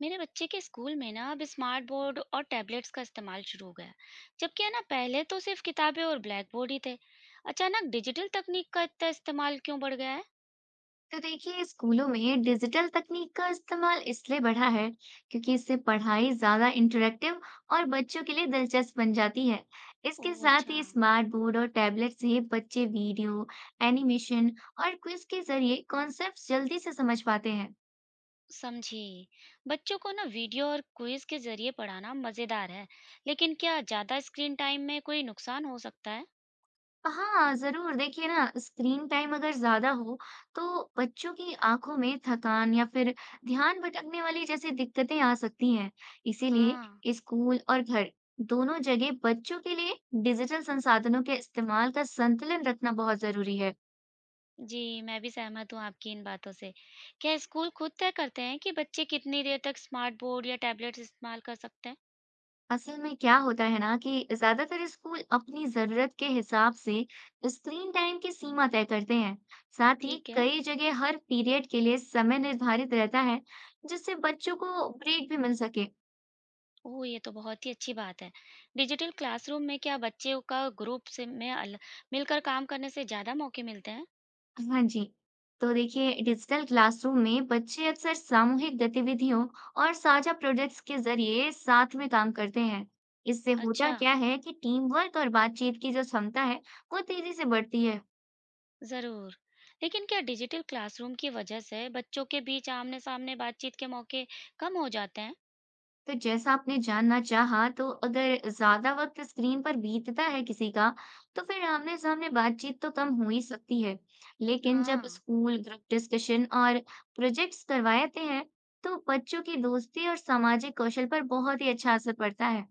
मेरे बच्चे के स्कूल में ना अब स्मार्ट बोर्ड और टैबलेट्स का इस्तेमाल शुरू हो गया है। जबकि है ना, पहले तो सिर्फ किताबें और ब्लैक बोर्ड ही थे। अचानक डिजिटल तकनीक का इतना इस्तेमाल क्यों बढ़ गया है? तो देखिए, स्कूलों में डिजिटल तकनीक का इस्तेमाल इसलिए बढ़ा है क्योंकि इससे पढ़ाई ज्यादा इंटरेक्टिव और बच्चों के लिए दिलचस्प बन जाती है। इसके ओह, साथ अच्छा। ही स्मार्ट बोर्ड और टैबलेट से बच्चे वीडियो, एनिमेशन और क्विज के जरिए कॉन्सेप्ट्स जल्दी से समझ पाते हैं। समझी। बच्चों को ना वीडियो और क्विज के जरिए पढ़ाना मजेदार है, लेकिन क्या ज्यादा स्क्रीन टाइम में कोई नुकसान हो सकता है? हाँ, ज़रूर। देखिए ना, स्क्रीन टाइम अगर ज़्यादा हो, तो बच्चों की आँखों में थकान या फिर ध्यान भटकने वाली जैसी दिक्कतें आ सकती हैं। हाँ। इसीलिए स्कूल और घर, दोनों जगह बच्चों के लिए डिजिटल संसाधनों के इस्तेमाल का संतुलन रखना बहुत ज़रूरी है। जी, मैं भी सहमत हूँ आपकी इन बातों से। क्या स्कूल खुद तय करते हैं कि बच्चे कितनी देर तक स्मार्ट बोर्ड या टैबलेट्स इस्तेमाल कर सकते हैं? असल में क्या होता है ना कि ज्यादातर स्कूल अपनी जरूरत के हिसाब से स्क्रीन टाइम की सीमा तय करते हैं। साथ ही ठीक है। कई जगह हर पीरियड के लिए समय निर्धारित रहता है, जिससे बच्चों को ब्रेक भी मिल सके। ओह! ये तो बहुत ही अच्छी बात है। डिजिटल क्लासरूम में क्या बच्चों का ग्रुप से में अल मिलकर काम करने से ज़्यादा मौके मिलते हैं? हाँ जी। तो देखिए, डिजिटल क्लासरूम में बच्चे अक्सर सामूहिक गतिविधियों और साझा प्रोजेक्ट्स के जरिए साथ में काम करते हैं। इससे होता अच्छा, क्या है कि टीम वर्क और बातचीत की जो क्षमता है, वो तेजी से बढ़ती है। ज़रूर। लेकिन क्या डिजिटल क्लासरूम की वजह से बच्चों के बीच आमने-सामने बातचीत के मौके कम हो जाते हैं? तो जैसा आपने जानना चाहा, तो अगर ज़्यादा वक़्त स्क्रीन पर बीतता है किसी का, तो फिर आमने-सामने बातचीत तो कम हो ही सकती है। लेकिन जब हाँ। स्कूल, ग्रुप डिस्कशन और प्रोजेक्ट्स करवाए जाते हैं, तो बच्चों की दोस्ती और सामाजिक कौशल पर बहुत ही अच्छा असर पड़ता है।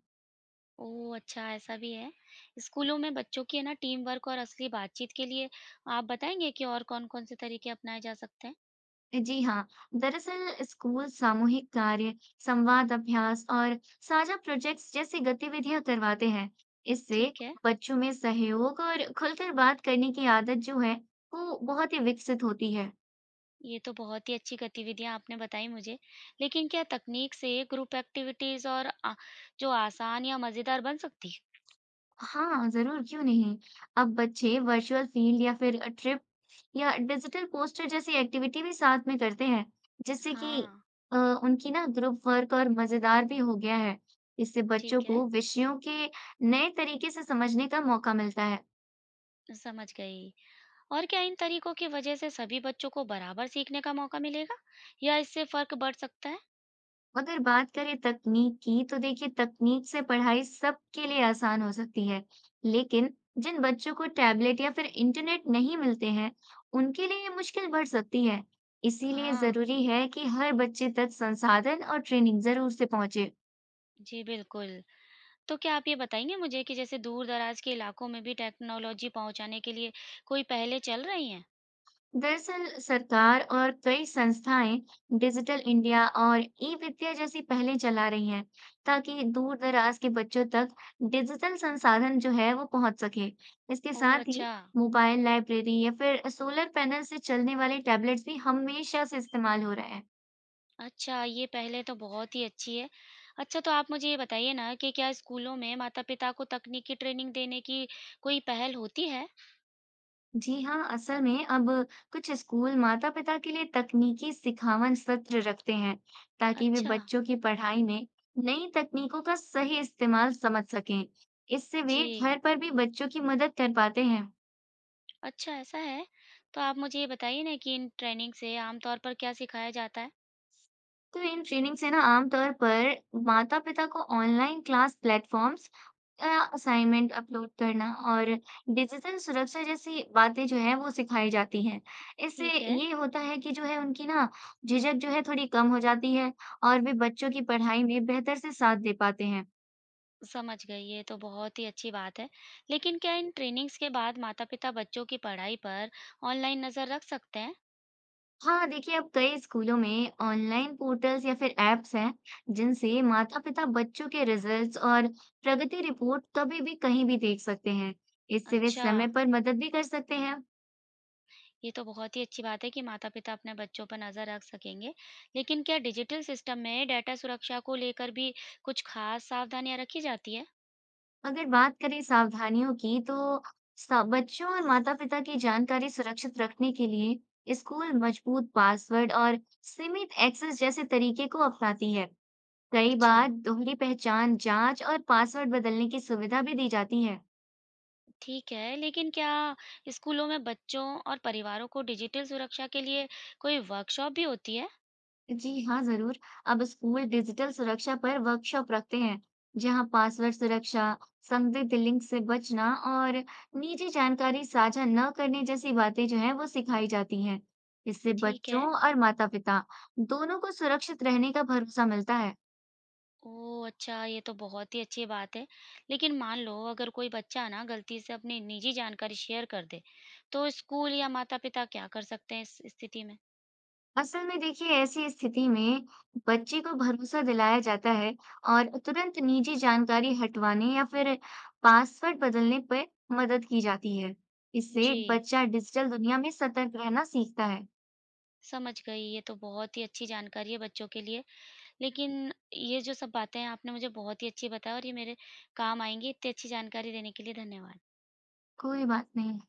ओह! अच्छा, ऐसा भी है। स्कूलों में बच्चों की, है ना, टीम वर्क और असली बातचीत के लिए आप बताएँगे कि और कौन-कौन से तरीके अपनाए जा सकते हैं? जी हाँ, दरअसल स्कूल सामूहिक कार्य, संवाद अभ्यास और साझा प्रोजेक्ट्स जैसी गतिविधियां करवाते हैं। इससे ठीक है। बच्चों में सहयोग और खुलकर बात करने की आदत जो है, वो बहुत ही विकसित होती है। ये तो बहुत ही अच्छी गतिविधियाँ आपने बताई मुझे। लेकिन क्या तकनीक से ग्रुप एक्टिविटीज़ और जो आसान या मज़ेदार बन सकती है? हाँ, ज़रूर, क्यों नहीं? अब बच्चे वर्चुअल फील्ड या फिर ट्रिप या डिजिटल पोस्टर जैसी एक्टिविटी भी साथ में करते हैं, जिससे कि हाँ, अ, उनकी ना ग्रुप वर्क और मज़ेदार भी हो गया है। इससे बच्चों ठीक है, को विषयों के नए तरीके से समझने का मौका मिलता है। समझ गई। और क्या इन तरीकों की वज़ह से सभी बच्चों को बराबर सीखने का मौका मिलेगा या इससे फ़र्क बढ़ सकता है? अगर बात करें तकनीक की, तो देखिए, तकनीक से पढ़ाई सबके लिए आसान हो सकती है, लेकिन जिन बच्चों को टैबलेट या फिर इंटरनेट नहीं मिलते हैं, उनके लिए ये मुश्किल बढ़ सकती है। इसीलिए हाँ, जरूरी है कि हर बच्चे तक संसाधन और ट्रेनिंग जरूर से पहुंचे। जी बिल्कुल। तो क्या आप ये बताएँगे मुझे कि जैसे दूर-दराज़ के इलाकों में भी टेक्नोलॉजी पहुँचाने के लिए कोई पहलें चल रही हैं? दरअसल सरकार और कई संस्थाएं डिजिटल इंडिया और ई विद्या जैसी पहलें चला रही हैं, ताकि दूर दराज के बच्चों तक डिजिटल संसाधन जो है वो पहुंच सके। इसके ओह! साथ ही अच्छा। मोबाइल लाइब्रेरी या फिर सोलर पैनल से चलने वाले टैबलेट्स भी हमेशा से इस्तेमाल हो रहे हैं। अच्छा, ये पहले तो बहुत ही अच्छी है। अच्छा, तो आप मुझे ये बताइए ना कि क्या स्कूलों में माता-पिता को तकनीकी ट्रेनिंग देने की कोई पहल होती है? जी हाँ, असल में अब कुछ स्कूल माता-पिता के लिए तकनीकी सिखावन सत्र रखते हैं, ताकि वे अच्छा, बच्चों की पढ़ाई में नई तकनीकों का सही इस्तेमाल समझ सकें। इससे वे जी। घर पर भी बच्चों की मदद कर पाते हैं। अच्छा, ऐसा है। तो आप मुझे ये बताइए ना कि इन ट्रेनिंग से आम तौर पर क्या सिखाया जाता है? तो इन ट्रेनिंग से ना आमतौर पर माता-पिता को online class platforms, assignment upload करना और डिजिटल सुरक्षा जैसी बातें जो है वो सिखाई जाती हैं। इससे ठीक है, ये होता है कि जो है उनकी ना झिझक जो है थोड़ी कम हो जाती है और वे बच्चों की पढ़ाई में बेहतर से साथ दे पाते हैं। समझ गई, ये तो बहुत ही अच्छी बात है। लेकिन क्या इन ट्रेनिंग्स के बाद माता-पिता बच्चों की पढ़ाई पर ऑनलाइन नज़र रख सकते हैं? हाँ देखिए, अब कई स्कूलों में ऑनलाइन पोर्टल्स या फिर एप्स हैं, जिनसे माता-पिता बच्चों के रिजल्ट्स और प्रगति रिपोर्ट कभी भी कहीं भी देख सकते हैं। इससे वे अच्छा। समय पर मदद भी कर सकते हैं। ये तो बहुत ही अच्छी बात है कि माता-पिता अपने बच्चों पर नज़र रख सकेंगे। लेकिन क्या डिजिटल सिस्टम में डेटा सुरक्षा को लेकर भी कुछ खास सावधानियाँ रखी जाती है? अगर बात करें सावधानियों की, तो बच्चों और माता पिता की जानकारी सुरक्षित रखने के लिए स्कूल मजबूत पासवर्ड और सीमित एक्सेस जैसे तरीके को अपनाती है। कई अच्छा, बार दोहरी पहचान जांच और पासवर्ड बदलने की सुविधा भी दी जाती है। ठीक है। लेकिन क्या स्कूलों में बच्चों और परिवारों को डिजिटल सुरक्षा के लिए कोई वर्कशॉप भी होती है? जी हाँ, ज़रूर। अब स्कूल डिजिटल सुरक्षा पर वर्कशॉप रखते हैं, जहाँ पासवर्ड सुरक्षा, संदिग्ध लिंक से बचना और निजी जानकारी साझा न करने जैसी बातें जो हैं, वो सिखाई जाती हैं। इससे ठीक बच्चों है। और माता-पिता दोनों को सुरक्षित रहने का भरोसा मिलता है। ओह! अच्छा, ये तो बहुत ही अच्छी बात है। लेकिन मान लो अगर कोई बच्चा ना गलती से अपनी निजी जानकारी शेयर कर दे, तो स्कूल या माता-पिता क्या कर सकते हैं इस स्थिति में? असल में देखिए, ऐसी स्थिति में बच्चे को भरोसा दिलाया जाता है और तुरंत निजी जानकारी हटवाने या फिर पासवर्ड बदलने पर मदद की जाती है। इससे जी। बच्चा डिजिटल दुनिया में सतर्क रहना सीखता है। समझ गई, ये तो बहुत ही अच्छी जानकारी है बच्चों के लिए। लेकिन ये जो सब बातें हैं आपने मुझे बहुत ही अच्छी बताई और ये मेरे काम आएँगी। इतनी अच्छी जानकारी देने के लिए धन्यवाद। कोई बात नहीं।